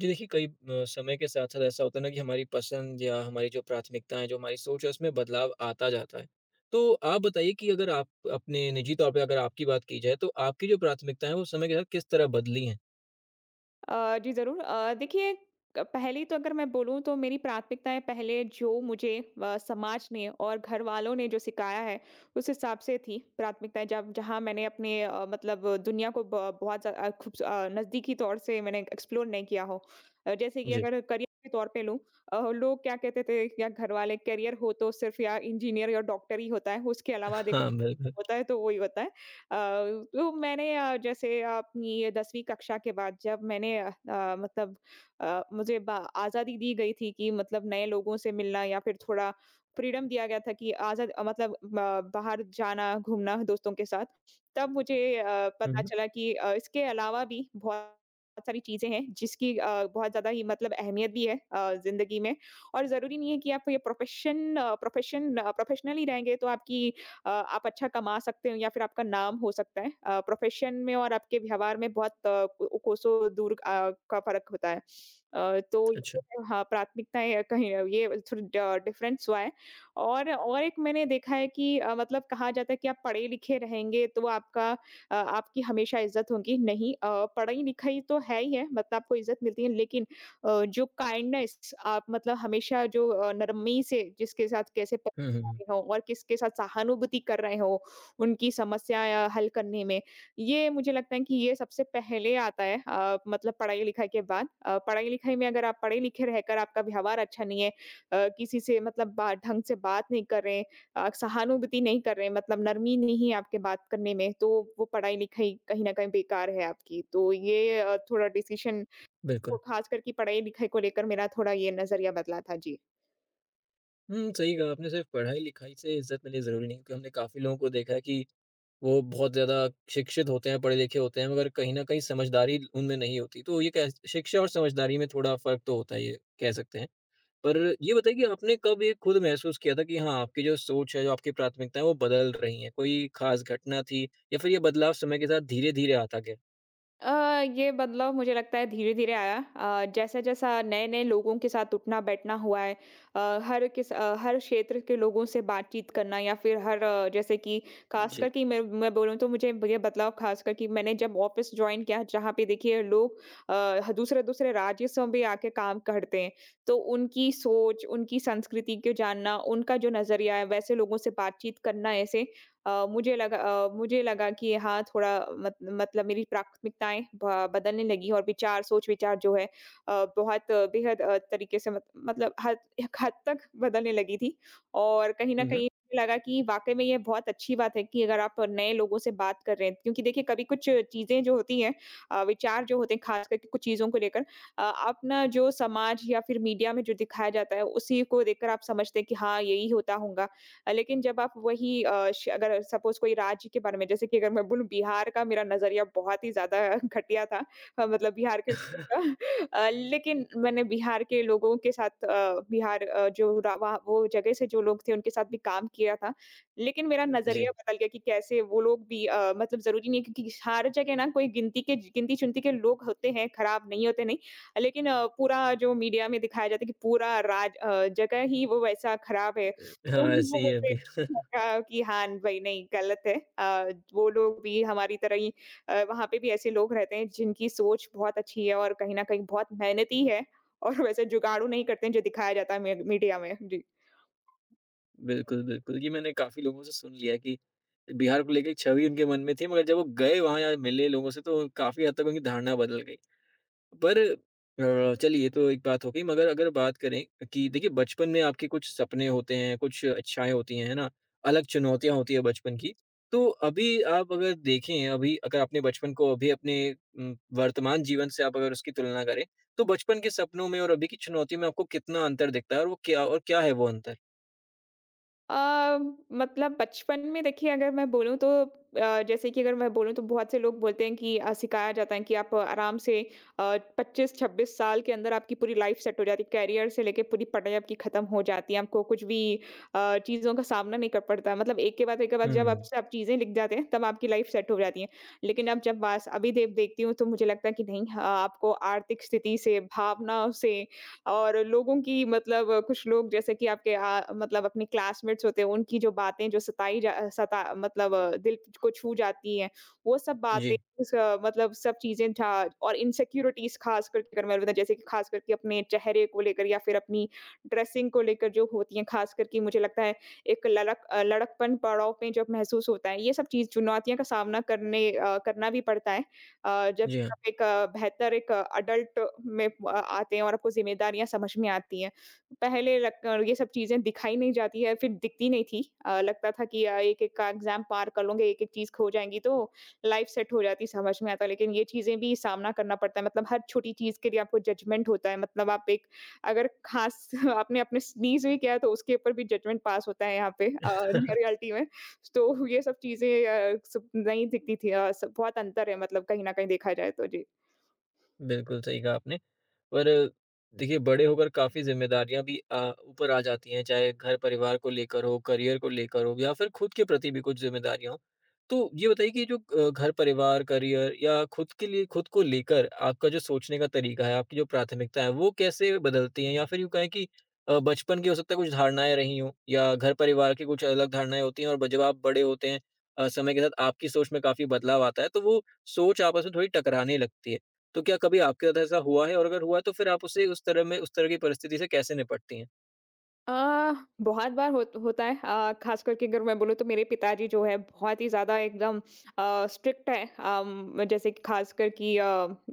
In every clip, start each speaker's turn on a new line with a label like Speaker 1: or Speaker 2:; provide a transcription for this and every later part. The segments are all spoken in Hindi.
Speaker 1: जी देखिए, समय के साथ-साथ ऐसा होता है ना कि हमारी पसंद या हमारी जो प्राथमिकताएँ, जो हमारी सोच है, उसमें बदलाव आता जाता है। तो आप बताइए कि अगर आप अपने निजी तौर पे अगर आपकी बात की जाए, तो आपकी जो प्राथमिकताएँ हैं, वो समय के साथ किस तरह बदली हैं?
Speaker 2: जी ज़रूर। देखिए क पहली तो अगर मैं बोलूँ तो मेरी प्राथमिकताएँ पहले जो मुझे समाज ने और घरवालों ने जो सिखाया है, उस हिसाब से थी प्राथमिकताएँ जब जहाँ मैंने अपने मतलब दुनिया को ब बहुत खूब नज़दीकी तौर से मैंने एक्सप्लोर नहीं किया हो। जैसे कि
Speaker 1: जी।
Speaker 2: अगर करियर के तौर पे लूँ। लोग क्या कहते थे या घरवाले, करियर हो तो सिर्फ़ या इंजीनियर या डॉक्टर ही होता है, उसके अलावा देखो
Speaker 1: हाँ, बिल्कुल।
Speaker 2: होता है तो वो ही होता है। अ, तो मैंने जैसे अपनी 10वीं कक्षा के बाद जब मैंने मतलब मुझे बा आज़ादी दी गई थी कि मतलब नए लोगों से मिलना या फिर थोड़ा फ्रीडम दिया गया था कि मतलब ब बाहर जाना, घूमना दोस्तों के साथ। तब मुझे पता
Speaker 1: हुँ,
Speaker 2: चला कि इसके अलावा भी बहुत सारी चीज़ें हैं जिसकी बहुत ज़्यादा ही मतलब अहमियत भी है ज़िंदगी में और ज़रूरी नहीं है कि आप ये प्रोफ़ेशनल ही रहेंगे तो आपकी आप अच्छा कमा सकते हो या फिर आपका नाम हो सकता है। प्रोफ़ेशन में और आपके व्यवहार में बहुत को कोसों दूर का फ़र्क होता है। तो ये
Speaker 1: अच्छा।
Speaker 2: हाँ, प्राथमिकताएँ कहीं ये थोड़ी ड डिफ़रेंस हुआ है। और एक मैंने देखा है कि मतलब कहा जाता है कि आप पढ़े-लिखे रहेंगे तो आपकी हमेशा इज़्ज़त होगी। नहीं, पढ़ाई-लिखाई तो है ही है, मतलब आपको इज़्ज़त मिलती है, लेकिन जो काइंडनेस आप मतलब हमेशा जो नरमी से जिसके साथ कैसे
Speaker 1: हुँ, हुँ, हुँ,
Speaker 2: रहे हो और किसके साथ सहानुभूति कर रहे हो, उनकी समस्या या हल करने में। ये मुझे लगता है कि ये सबसे पहले आता है, मतलब पढ़ाई-लिखाई के बाद। पढ़ाई-लिखाई में अगर आप पढ़े-लिखे रहकर आपका व्यवहार अच्छा नहीं है, किसी से मतलब बा ढंग से बात नहीं कर रहे, सहानुभूति नहीं कर रहे, मतलब नरमी नहीं है आपके बात करने में, तो वो पढ़ाई-लिखाई कहीं न कहीं बेकार है आपकी। तो ये थोड़ा डिसीज़न, वो
Speaker 1: बिल्कुल।
Speaker 2: ख़ास करके पढ़ाई-लिखाई को लेकर मेरा थोड़ा ये नज़रिया बदला था। जी।
Speaker 1: हुँ, सही कहा आपने, सिर्फ़ पढ़ाई-लिखाई से इज़्ज़त मिलनी ज़रूरी नहीं, क्योंकि हमने काफ़ी लोगों को देखा है कि वो बहुत ज़्यादा शिक्षित होते हैं, पढ़े-लिखे होते हैं, मगर कहीं न कहीं समझदारी उनमें नहीं होती। तो ये कह शिक्षा और समझदारी में थोड़ा फ़र्क तो होता ही है, ये कह सकते हैं। पर ये बताइए कि आपने कब ये खुद महसूस किया था कि हाँ, आपकी जो सोच है, जो आपकी प्राथमिकताएँ वो बदल रही हैं? कोई खास घटना थी या फिर ये बदलाव समय के साथ धीरे-धीरे आता गया?
Speaker 2: अ, ये बदलाव मुझे लगता है धीरे-धीरे आया। जैसा-जैसा नए-नए लोगों के साथ उठना-बैठना हुआ है, हर क्षेत्र के लोगों से बातचीत करना या फिर हर जैसे कि ख़ासकर
Speaker 1: जी।
Speaker 2: कि मैं बोलूँ तो मुझे ये बदलाव ख़ासकर कि मैंने जब ऑफ़िस जॉइन किया जहाँ पे देखिए लोग दूसरे-दूसरे राज्य से भी आके काम करते हैं। तो उनकी सोच, उनकी संस्कृति को जानना, उनका जो नज़रिया है वैसे लोगों से बातचीत करना ऐसे मुझे लगा कि हाँ, थोड़ा मत मतलब मेरी प्राथमिकताएँ ब बदलने लगी और विचार जो है बहुत बेहद तरीके से मत मतलब हद एक हद तक बदलने लगी थी। और कहीं न
Speaker 1: हुँ, हुँ।
Speaker 2: कहीं मुझे लगा कि वाक़ई में ये बहुत अच्छी बात है कि अगर आप नए लोगों से बात कर रहे हैं, क्योंकि देखिए कभी कुछ चीज़ें जो होती हैं, विचार जो होते हैं ख़ास करके कुछ चीज़ों को लेकर, अपना जो समाज या फिर मीडिया में जो दिखाया जाता है, उसी को देखकर आप समझते हैं कि हाँ, यही होता होगा। लेकिन जब आप वही, अ, श अगर सपोज़ कोई राज्य के बारे में, जैसे कि अगर मैं बोलूँ, बिहार का मेरा नज़रिया बहुत ही ज़्यादा घटिया था, मतलब बिहार के लोगों का लेकिन मैंने बिहार के लोगों के साथ, अ, बिहार अ, जो रा वहाँ वो जगह से जो लोग थे उनके साथ भी काम किया था। लेकिन मेरा नज़रिया
Speaker 1: जी।
Speaker 2: बदल गया कि कैसे वो लोग भी, मतलब ज़रूरी नहीं है क्योंकि हर जगह ना, कोई गिनती-चुनती के लोग होते हैं, खराब नहीं, होते नहीं। लेकिन पूरा जो मीडिया में दिखाया जाता है कि पूरा जगह ही वो वैसा खराब है, तो
Speaker 1: हाँ, ऐसे
Speaker 2: वो
Speaker 1: ही है
Speaker 2: मुझे
Speaker 1: अभी।
Speaker 2: लगा कि हाँ भई नहीं, गलत है। वो लोग भी हमारी तरह ही, वहाँ पे भी ऐसे लोग रहते हैं जिनकी सोच बहुत अच्छी है और कहीं न कहीं बहुत मेहनती है, और वैसे जुगाड़ू नहीं करते हैं जो दिखाया जाता है मे मीडिया में। जी।
Speaker 1: बिल्कुल, बिल्कुल। ये मैंने काफ़ी लोगों से सुन लिया है कि बिहार को लेके एक छवि उनके मन में थी, मगर जब वो गए वहाँ या मिले लोगों से तो काफ़ी हद तक उनकी धारणा बदल गई। पर चलिए ये तो एक बात हो गई मगर अगर बात करें कि देखिए बचपन में आपके कुछ सपने होते हैं, कुछ इच्छाएँ होती हैं, है ना? अलग चुनौतियाँ होती हैं बचपन की। तो अभी आप अगर देखें, अभी अगर अपने बचपन को अभी अपने वर्तमान जीवन से आप अगर उसकी तुलना करें, तो बचपन के सपनों में और अभी की चुनौतियों में आपको कितना अंतर दिखता है और वो क्या और क्या है वो अंतर?
Speaker 2: अ, मतलब बचपन में देखिए अगर मैं बोलूँ तो, जैसे कि अगर मैं बोलूँ तो बहुत से लोग बोलते हैं कि, सिखाया जाता है कि आप आराम से 25-26 साल के अंदर आपकी पूरी लाइफ सेट हो जाती है। करियर से लेके पूरी पढ़ाई आपकी खत्म हो जाती है। आपको कुछ भी चीज़ों का सामना नहीं कर पड़ता है। मतलब एक के बाद जब
Speaker 1: हुँ,
Speaker 2: आपसे आप चीज़ें लिख जाते हैं तब आपकी लाइफ सेट हो जाती है। लेकिन अब जब वास अभी देव देखती हूँ तो मुझे लगता है कि नहीं, आपको आर्थिक स्थिति से, भावनाओं से और लोगों की, मतलब कुछ लोग जैसे कि आपके मतलब अपने क्लासमेट्स होते हैं उनकी जो बातें, जो सताई जा सता मतलब दिल को छू जाती हैं, वो सब बातें
Speaker 1: जी।
Speaker 2: मतलब सब चीजें था। और इनसिक्योरिटीज, खास करके अगर मैं बताऊं, जैसे कि खास करके अपने चेहरे को लेकर या फिर अपनी ड्रेसिंग को लेकर जो होती है, खास करके मुझे लगता है एक लड़कपन पड़ाव में जब महसूस होता है ये सब चीज चुनौतियों का सामना करना भी पड़ता है। जब
Speaker 1: जी हाँ।
Speaker 2: आप एक, बेहतर एक अडल्ट में आते हैं और आपको ज़िम्मेदारियाँ समझ में आती हैं। पहले लग ये सब चीज़ें दिखाई नहीं जाती है, फिर दिखती नहीं थी। लगता था कि एक-एक का एग्ज़ाम पार कर लूँगी, एक-एक चीज़ खो जाएँगी तो लाइफ़ सेट हो जाती, समझ में आता। लेकिन ये चीज़ें भी सामना करना पड़ता है, मतलब हर छोटी चीज़ के लिए आपको जजमेंट होता है। मतलब आप एक, अगर खास आपने अपने स्नीज़ भी किया है, तो उसके ऊपर भी जजमेंट पास होता है यहाँ पे, रियलिटी में। तो ये सब चीज़ें, सब नहीं दिखती थी, सब बहुत अंतर है, मतलब कहीं न कहीं देखा जाए तो। जी।
Speaker 1: बिल्कुल सही कहा आपने। पर देखिए बड़े होकर काफ़ी ज़िम्मेदारियाँ भी ऊपर आ जाती हैं, चाहे घर-परिवार को लेकर हो, करियर को लेकर हो या फिर खुद के प्रति भी कुछ ज़िम्मेदारियाँ हों। तो ये बताइए कि जो घर-परिवार, करियर या खुद के लिए खुद को लेकर आपका जो सोचने का तरीका है, आपकी जो प्राथमिकता है, वो कैसे बदलती हैं? या फिर यूँ कहें कि बचपन की हो सकता है कुछ धारणाएँ रही हों या घर-परिवार की कुछ अलग धारणाएँ होती हैं और ब जब आप बड़े होते हैं समय के साथ आपकी सोच में काफ़ी बदलाव आता है, तो वो सोच आपस में थोड़ी टकराने लगती है। तो क्या कभी आपके साथ ऐसा हुआ है और अगर हुआ है तो फिर आप उसे उस तरह की परिस्थिति से कैसे निपटती हैं?
Speaker 2: अ, बहुत बार होता है ख़ास करके अगर मैं बोलूँ तो, मेरे पिताजी जो है बहुत ही ज़्यादा एकदम स्ट्रिक्ट है। जैसे कि ख़ासकर कि अ,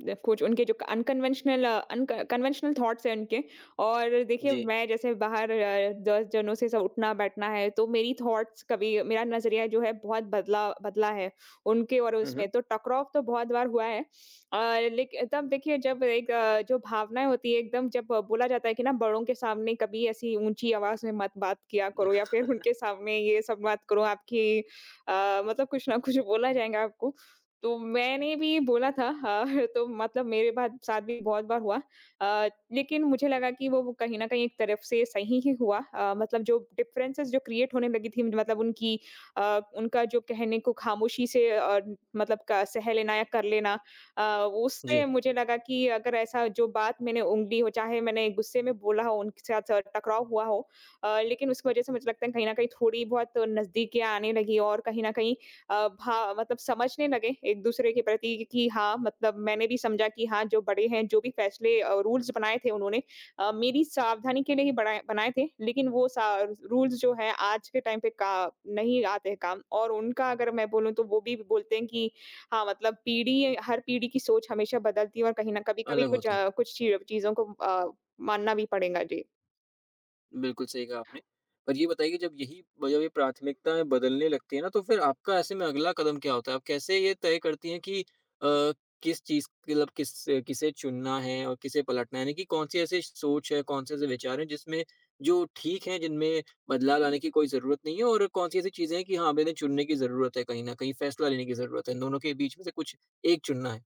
Speaker 2: द कुछ उनके जो unconventional uh, unconventional thoughts हैं उनके, और देखिए
Speaker 1: जी।
Speaker 2: मैं जैसे बाहर 10 जनों से सब उठना-बैठना है तो मेरी थॉट्स कभी, मेरा नज़रिया जो है बहुत बदला बदला है उनके और
Speaker 1: हुँ,
Speaker 2: उसमें।
Speaker 1: हुँ।
Speaker 2: तो टकराव तो बहुत बार हुआ है। अ, लेकिन तब देखिए जब एक, जो भावनाएँ होती है एकदम, जब बोला जाता है कि ना बड़ों के सामने कभी ऐसी ऊँची आवाज़ में मत बात किया करो या फिर उनके सामने ये सब बात करो, आपकी मतलब कुछ ना कुछ बोला जाएगा आपको। तो मैंने भी बोला था, तो मतलब मेरे बाद साथ भी बहुत बार हुआ। लेकिन मुझे लगा कि वो कहीं न कहीं एक तरफ से सही ही हुआ, मतलब जो डिफरेंसेस जो क्रिएट होने लगी थी, मतलब उनकी अ, उनका जो कहने को खामोशी से, मतलब क सह लेना या कर लेना, अ, उससे
Speaker 1: जी,
Speaker 2: मुझे लगा कि अगर ऐसा जो बात मैंने ऊँगली हो चाहे मैंने गुस्से में बोला हो, उनके साथ टकराव हुआ हो, लेकिन उसकी वज़ह से मुझे लगता है कहीं न कहीं थोड़ी बहुत नज़दीकियाँ आने लगी, और कहीं न कहीं अ, भा मतलब समझने लगे एक-दूसरे के प्रति कि हाँ, मतलब मैंने भी समझा कि हाँ, जो बड़े हैं, जो भी फैसले, रूल्स बनाए थे उन्होंने, मेरी सावधानी के लिए ही बनाए बनाए थे, लेकिन वो सा रूल्स जो है आज के टाइम पे का नहीं आते हैं काम, और उनका अगर मैं बोलूँ तो वो भी बोलते हैं कि हाँ, मतलब पीढ़ी हर पीढ़ी की सोच हमेशा बदलती है और कहीं न कभी-कभी
Speaker 1: अलग
Speaker 2: कुछ,
Speaker 1: होती है।
Speaker 2: कुछ चीज़ों को मानना भी पड़ेगा। जी।
Speaker 1: बिल्कुल सही कहा आपने। पर ये बताइए कि जब ये प्राथमिकताएँ बदलने लगती हैं ना, तो फिर आपका ऐसे में अगला कदम क्या होता है? आप कैसे ये तय करती हैं कि अ, किस चीज़ मतलब किस किसे चुनना है और किसे पलटना है? यानी कि कौन-सी ऐसी सोच है, कौन-से ऐसे विचार हैं जिसमें जो ठीक हैं, जिनमें बदलाव लाने की कोई ज़रूरत नहीं है और कौन-सी ऐसी चीज़ें हैं कि हाँ, अब इन्हें चुनने की ज़रूरत है कहीं न कहीं, फैसला लेने की ज़रूरत है, इन दोनों के बीच में से कुछ एक चुनना है?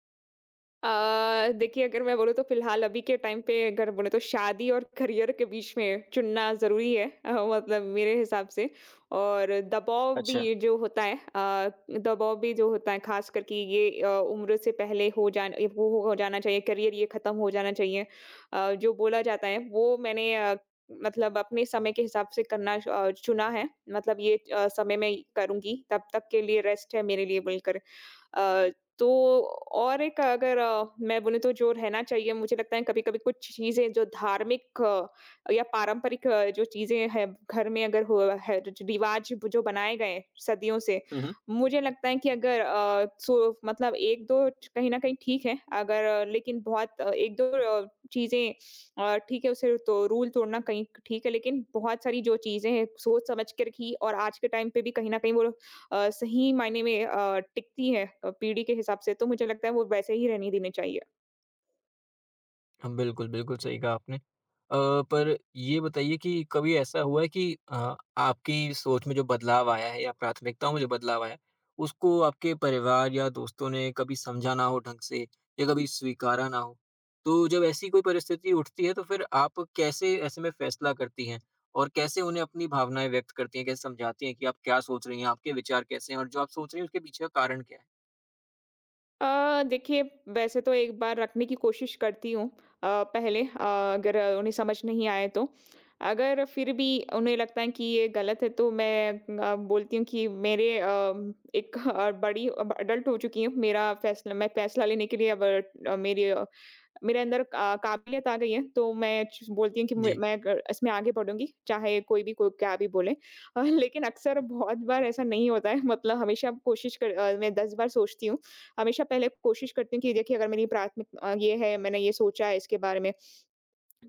Speaker 2: देखिए अगर मैं बोलूँ तो फ़िलहाल अभी के टाइम पे अगर बोले तो शादी और करियर के बीच में चुनना ज़रूरी है, मतलब मेरे हिसाब से, और दबाव
Speaker 1: अच्छा।
Speaker 2: भी जो होता है, दबाव भी जो होता है ख़ास करके ये, उम्र से पहले हो जान, ये वो हो जाना चाहिए, करियर ये ख़त्म हो जाना चाहिए। जो बोला जाता है वो मैंने मतलब अपने समय के हिसाब से करना चुना है। मतलब ये समय में करूँगी तब तक के लिए रेस्ट है मेरे लिए बोलकर। अ, तो और एक अगर मैं बोलूँ तो जो रहना चाहिए मुझे लगता है कभी-कभी कुछ चीज़ें जो धार्मिक या पारंपरिक जो चीज़ें हैं घर में, अगर हुआ है जो रिवाज जो बनाए गए हैं सदियों से,
Speaker 1: हुँ, हुँ।
Speaker 2: मुझे लगता है कि अगर मतलब 1-2 कहीं न कहीं ठीक है, अगर लेकिन बहुत 1-2 अ, चीज़ें ठीक है उसे तो रूल तोड़ना कहीं ठीक है, लेकिन बहुत सारी जो चीज़ें हैं सोच समझ के रखी और आज के टाइम पे भी कहीं न कहीं वो सही मायने में टिकती है पीढ़ी के हिसाब से, तो मुझे लगता है वो वैसे ही रहने देने चाहिए।
Speaker 1: हाँ, बिल्कुल, बिल्कुल सही कहा आपने। अ, पर ये बताइए कि कभी ऐसा हुआ है कि आपकी सोच में जो बदलाव आया है या प्राथमिकताओं में जो बदलाव आया है, उसको आपके परिवार या दोस्तों ने कभी समझा ना हो ढंग से या कभी स्वीकारा ना हो? तो जब ऐसी कोई परिस्थिति उठती है, तो फिर आप कैसे ऐसे में फैसला करती हैं? और कैसे उन्हें अपनी भावनाएँ व्यक्त करती हैं, कैसे समझाती हैं कि आप क्या सोच रही हैं, आपके विचार कैसे हैं और जो आप सोच रही हैं उसके पीछे का कारण क्या है?
Speaker 2: देखिए वैसे तो एक बार रखने की कोशिश करती हूँ, अ, पहले, अगर उन्हें समझ नहीं आए तो। अगर फिर भी उन्हें लगता है कि ये गलत है तो मैं बोलती हूँ कि मेरे अम, एक अ, बड़ी अब अडल्ट हो चुकी हूँ। मेरा फैसला मैं फैसला लेने के लिए अब, अ, मेरी मेरे अंदर का काबिलियत आ गई है, तो मैं च बोलती हूँ कि
Speaker 1: जी।
Speaker 2: मैं ग इसमें आगे बढ़ूँगी, चाहे कोई क्या भी बोले। लेकिन अक्सर बहुत बार ऐसा नहीं होता है, मतलब हमेशा कोशिश कर अ, मैं 10 बार सोचती हूँ। हमेशा पहले कोशिश करती हूँ कि देखिए अगर मेरी ये है, मैंने ये सोचा है इसके बारे में।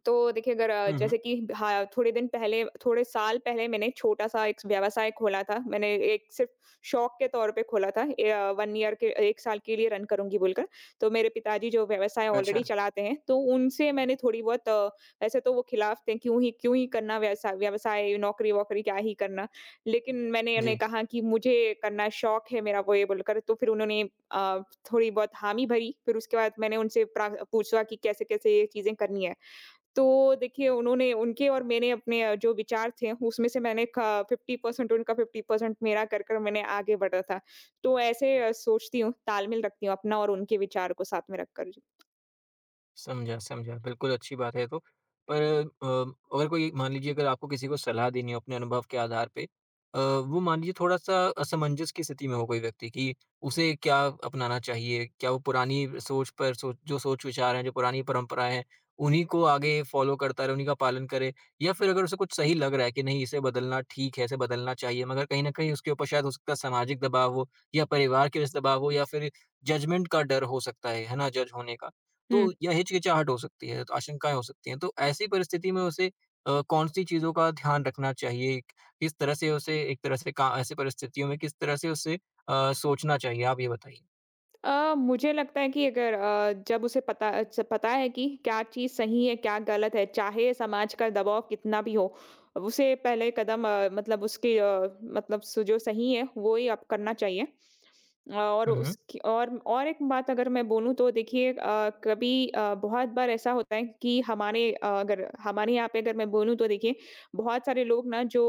Speaker 2: तो देखिए अगर अ,
Speaker 1: हुँ, हुँ।
Speaker 2: जैसे कि हाँ, थोड़े साल पहले मैंने छोटा-सा एक व्यवसाय खोला था। मैंने एक सिर्फ़ शौक के तौर पे खोला था। 1 ईयर के 1 साल के लिए रन करूँगी बोलकर। तो मेरे पिताजी जो व्यवसाय
Speaker 1: अच्छा।
Speaker 2: ऑलरेडी चलाते हैं, तो उनसे मैंने थोड़ी बहुत। वैसे तो वो खिलाफ थे, क्यों ही करना व्यवसाय, नौकरी-वोकरी क्या ही करना?" लेकिन मैंने उन्हें
Speaker 1: जी।
Speaker 2: कहा कि मुझे करना शौक है मेरा वो ये बोलकर, तो फिर उन्होंने अ, थोड़ी बहुत हामी भरी। फिर उसके बाद मैंने उनसे प्रा पूछा कि कैसे-कैसे ये चीज़ें करनी है। तो देखिए उन्होंने उनके और मेरे अपने जो विचार थे उसमें से मैंने क 50% उनका 50% मेरा कर कर मैंने आगे बढ़ा था। तो ऐसे सोचती हूँ, तालमेल रखती हूँ अपना और उनके विचार को साथ में रखकर। जी।
Speaker 1: समझा, समझा। बिल्कुल अच्छी बात है ये तो। पर अगर कोई मान लीजिए अगर आपको किसी को सलाह देनी हो अपने अनुभव के आधार पे वो मान लीजिए थोड़ा-सा असमंजस की स्थिति में हो कोई व्यक्ति कि उसे क्या अपनाना चाहिए? क्या वो पुरानी सोच पर सोच जो सोच-विचार हैं, जो पुरानी परंपराएँ हैं, उन्हीं को आगे फ़ॉलो करता रहे, उन्हीं का पालन करे? या फिर अगर उसे कुछ सही लग रहा है कि नहीं इसे बदलना ठीक है, इसे बदलना चाहिए मगर कहीं न कहीं उसके ऊपर शायद हो सकता है सामाजिक दबाव हो या परिवार की वजह से दबाव हो या फिर जजमेंट का डर हो सकता है ना? जज होने का। तो या हिचकिचाहट हो सकती है, आशंकाएँ हो सकती हैं। तो ऐसी परिस्थिति में उसे कौन-सी चीज़ों का ध्यान रखना चाहिए? किस तरह से उसे एक तरह से का ऐसी परिस्थितियों में किस तरह से उसे सोचना चाहिए? आप ये बताइए।
Speaker 2: मुझे लगता है कि अगर अ, जब उसे पता है कि क्या चीज़ सही है, क्या गलत है, चाहे समाज का दबाव कितना भी हो, उसे पहले कदम अ, मतलब उसकी अ, मतलब स जो सही है, वो ही अब करना चाहिए। अ, और
Speaker 1: हुँ, हुँ।
Speaker 2: उसकी और एक बात अगर मैं बोलूँ तो देखिए, अ, कभी अ, बहुत बार ऐसा होता है कि अगर हमारे यहाँ पे अगर मैं बोलूँ तो देखिए, बहुत सारे लोग ना जो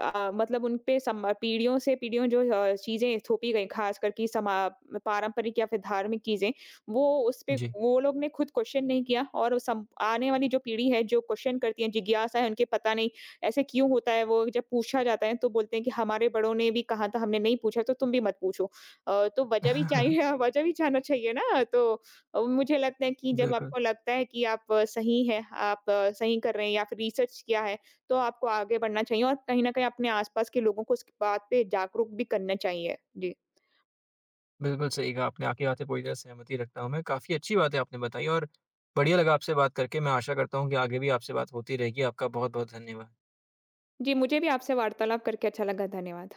Speaker 2: मतलब उन पे सम पीढ़ियों से पीढ़ियों जो चीज़ें थोपी गई खास करके समा पारंपरिक या फिर धार्मिक चीज़ें, वो उस पे
Speaker 1: जी।
Speaker 2: वो लोग ने खुद क्वेश्चन नहीं किया और उस सम आने वाली जो पीढ़ी है जो क्वेश्चन करती है, जिज्ञासा है उनके पता नहीं ऐसे क्यों होता है? वो जब पूछा जाता है तो बोलते हैं कि हमारे बड़ों ने भी कहा था, हमने नहीं पूछा तो तुम भी मत पूछो। तो वजह भी चाहिए वजह भी जानना चाहिए ना। मुझे लगता है कि जब
Speaker 1: बिल्कुल,
Speaker 2: आपको लगता है कि सही हैं, सही कर रहे हैं या फिर रिसर्च किया है तो आपको आगे बढ़ना चाहिए और कहीं न कहीं अपने आस-पास के लोगों को इस बात पे जागरूक भी करना चाहिए। जी।
Speaker 1: बिल्कुल सही कहा आपने। आपकी बात से पूरी तरह सहमति रखता हूँ मैं। काफ़ी अच्छी बातें आपने बताई और बढ़िया लगा आपसे बात करके। मैं आशा करता हूँ कि आगे भी आपसे बात होती रहेगी। आपका बहुत-बहुत धन्यवाद।
Speaker 2: जी, मुझे भी आपसे वार्तालाप करके अच्छा लगा। धन्यवाद।